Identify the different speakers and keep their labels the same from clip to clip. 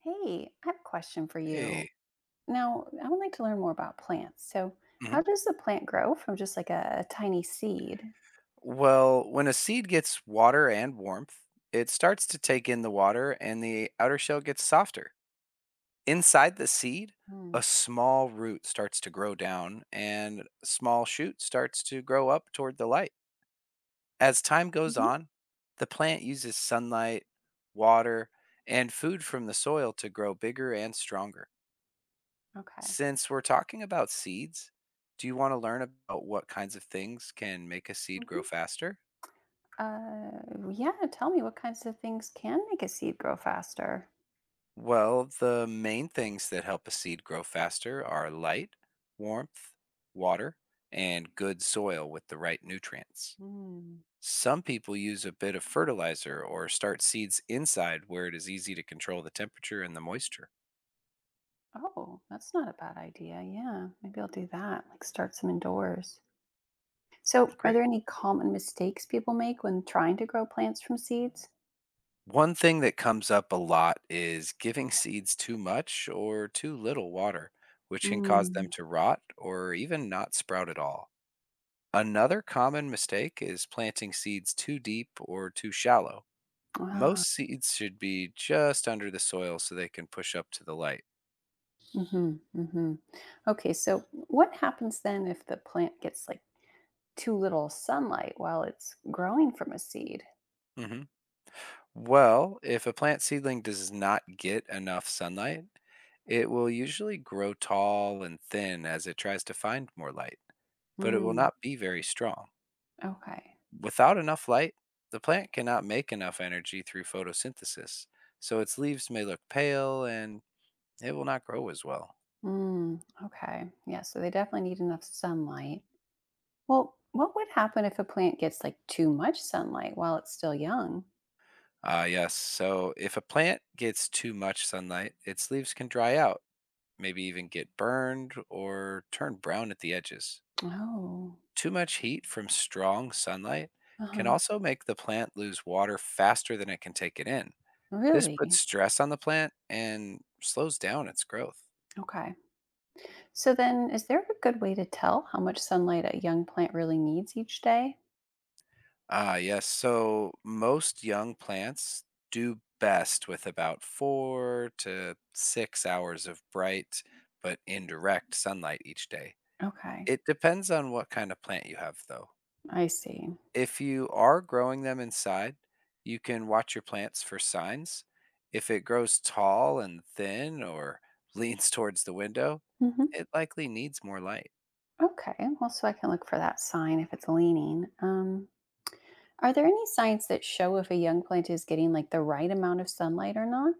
Speaker 1: Hey, I have a question for you.
Speaker 2: Hey.
Speaker 1: Now, I would like to learn more about plants. So, how
Speaker 2: Mhm.
Speaker 1: does the plant grow from just like a tiny seed?
Speaker 2: Well, when a seed gets water and warmth, it starts to take in the water and the outer shell gets softer. Inside the seed, a
Speaker 1: Mm.
Speaker 2: small root starts to grow down and a small shoot starts to grow up toward the light. As time goes
Speaker 1: Hmm.
Speaker 2: on, the plant uses sunlight, water, and food from the soil to grow bigger and stronger.
Speaker 1: Okay.
Speaker 2: Since we're talking about seeds, do you want to learn about what kinds of things can make a seed grow
Speaker 1: Hmm.
Speaker 2: faster?
Speaker 1: Yeah, tell me what kinds of things can make a seed grow faster?
Speaker 2: Well, the main things that help a seed grow faster are light, warmth, water, and good soil with the right nutrients.
Speaker 1: Mm.
Speaker 2: Some people use a bit of fertilizer or start seeds inside where it is easy to control the temperature and the moisture.
Speaker 1: Oh, that's not a bad idea. Yeah, maybe I'll do that, like start some indoors. So, are there
Speaker 2: Great.
Speaker 1: any common mistakes people make when trying to grow plants from seeds?
Speaker 2: One thing that comes up a lot is giving seeds too much or too little water, which can cause them
Speaker 1: Mm.
Speaker 2: to rot or even not sprout at all. Another common mistake is planting seeds too deep or too shallow. Most seeds should be just under the soil so they can push up to the light.
Speaker 1: Hmm. Hmm. Okay, so what happens then if the plant gets like too little sunlight while it's growing from a seed?
Speaker 2: Hmm Well, if a plant seedling does not get enough sunlight, it will usually grow tall and thin as it tries to find more light, but it will
Speaker 1: Mm,
Speaker 2: not be very strong.
Speaker 1: okay.
Speaker 2: Without enough light, the plant cannot make enough energy through photosynthesis, so its leaves may look pale and it will not grow as well.
Speaker 1: Mm, okay. Yeah, so they definitely need enough sunlight. Well, what would happen if a plant gets like too much sunlight while it's still young?
Speaker 2: Ah, yes. So if a plant gets too much sunlight, its leaves can dry out, maybe even get burned or turn brown at the edges.
Speaker 1: Oh,
Speaker 2: Too much heat from strong sunlight can
Speaker 1: uh-huh.
Speaker 2: also make the plant lose water faster than it can take it in. This puts
Speaker 1: Really?
Speaker 2: stress on the plant and slows down its growth.
Speaker 1: Okay. So then, is there a good way to tell how much sunlight a young plant really needs each day?
Speaker 2: Ah, yes. So most young plants do best with about 4 to 6 hours of bright but indirect sunlight each day.
Speaker 1: Okay,
Speaker 2: It depends on what kind of plant you have, though.
Speaker 1: I see.
Speaker 2: If you are growing them inside, you can watch your plants for signs. If it grows tall and thin or leans towards the window,
Speaker 1: Mhm.
Speaker 2: it likely needs more light.
Speaker 1: Okay, well, so I can look for that sign if it's leaning. Are there any signs that show if a young plant is getting like the right amount of sunlight or not?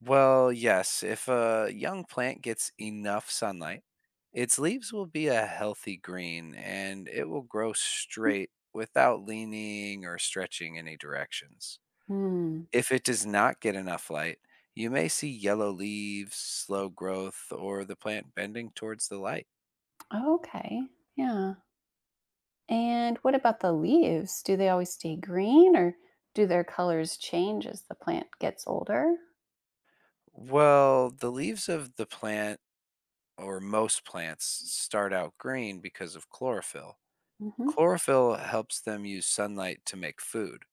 Speaker 2: Well, yes, if a young plant gets enough sunlight, its leaves will be a healthy green and it will grow straight without leaning or stretching any directions.
Speaker 1: Hmm.
Speaker 2: If it does not get enough light, you may see yellow leaves, slow growth, or the plant bending towards the light.
Speaker 1: Oh, okay. Yeah. And what about the leaves? Do they always stay green or do their colors change as the plant gets older?
Speaker 2: Well, the leaves of the plant, or most plants, start out green because of chlorophyll.
Speaker 1: Hmm.
Speaker 2: Chlorophyll helps them use sunlight to make food.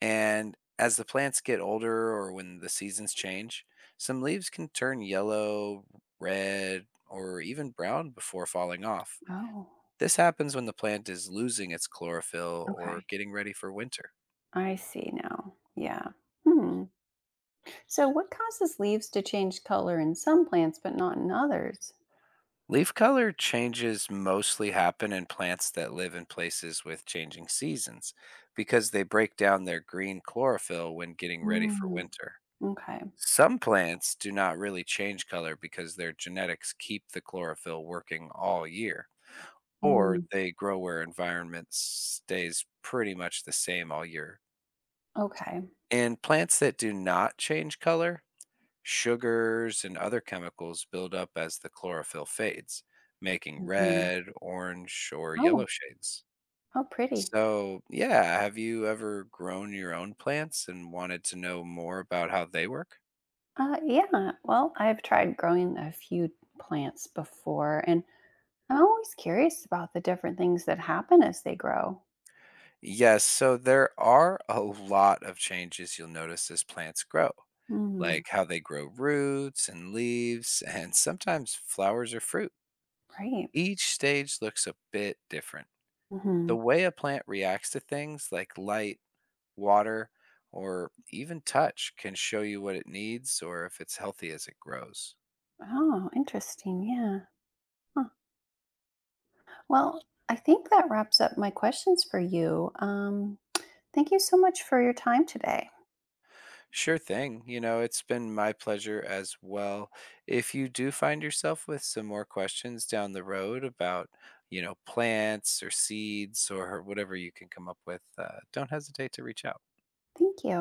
Speaker 2: And as the plants get older or when the seasons change, some leaves can turn yellow, red, or even brown before falling off.
Speaker 1: Oh,
Speaker 2: This happens when the plant is losing its chlorophyll or
Speaker 1: okay.
Speaker 2: getting ready for winter.
Speaker 1: I see now. Yeah. Hmm. So, what causes leaves to change color in some plants but not in others?
Speaker 2: Leaf color changes mostly happen in plants that live in places with changing seasons because they break down their green chlorophyll when getting ready for
Speaker 1: Mm,
Speaker 2: winter.
Speaker 1: okay.
Speaker 2: Some plants do not really change color because their genetics keep the chlorophyll working all year, or
Speaker 1: Mm,
Speaker 2: they grow where environment stays pretty much the same all year.
Speaker 1: okay.
Speaker 2: And plants that do not change color, sugars and other chemicals build up as the chlorophyll fades, making
Speaker 1: Mhm.
Speaker 2: red, orange, or yellow
Speaker 1: Oh,
Speaker 2: shades.
Speaker 1: how pretty.
Speaker 2: So, yeah, have you ever grown your own plants and wanted to know more about how they work?
Speaker 1: Yeah. Well, I've tried growing a few plants before, and I'm always curious about the different things that happen as they grow.
Speaker 2: Yes, so there are a lot of changes you'll notice as plants grow,
Speaker 1: Mm,
Speaker 2: like how they grow roots and leaves, and sometimes flowers or fruit.
Speaker 1: right.
Speaker 2: Each stage looks a bit different. The
Speaker 1: Hmm.
Speaker 2: way a plant reacts to things like light, water, or even touch can show you what it needs or if it's healthy as it grows.
Speaker 1: Oh, interesting. Yeah. Huh. Well, I think that wraps up my questions for you. Thank you so much for your time today.
Speaker 2: Sure thing. You know, it's been my pleasure as well. If you do find yourself with some more questions down the road about, you know, plants or seeds or whatever you can come up with, don't hesitate to reach out.
Speaker 1: Thank you.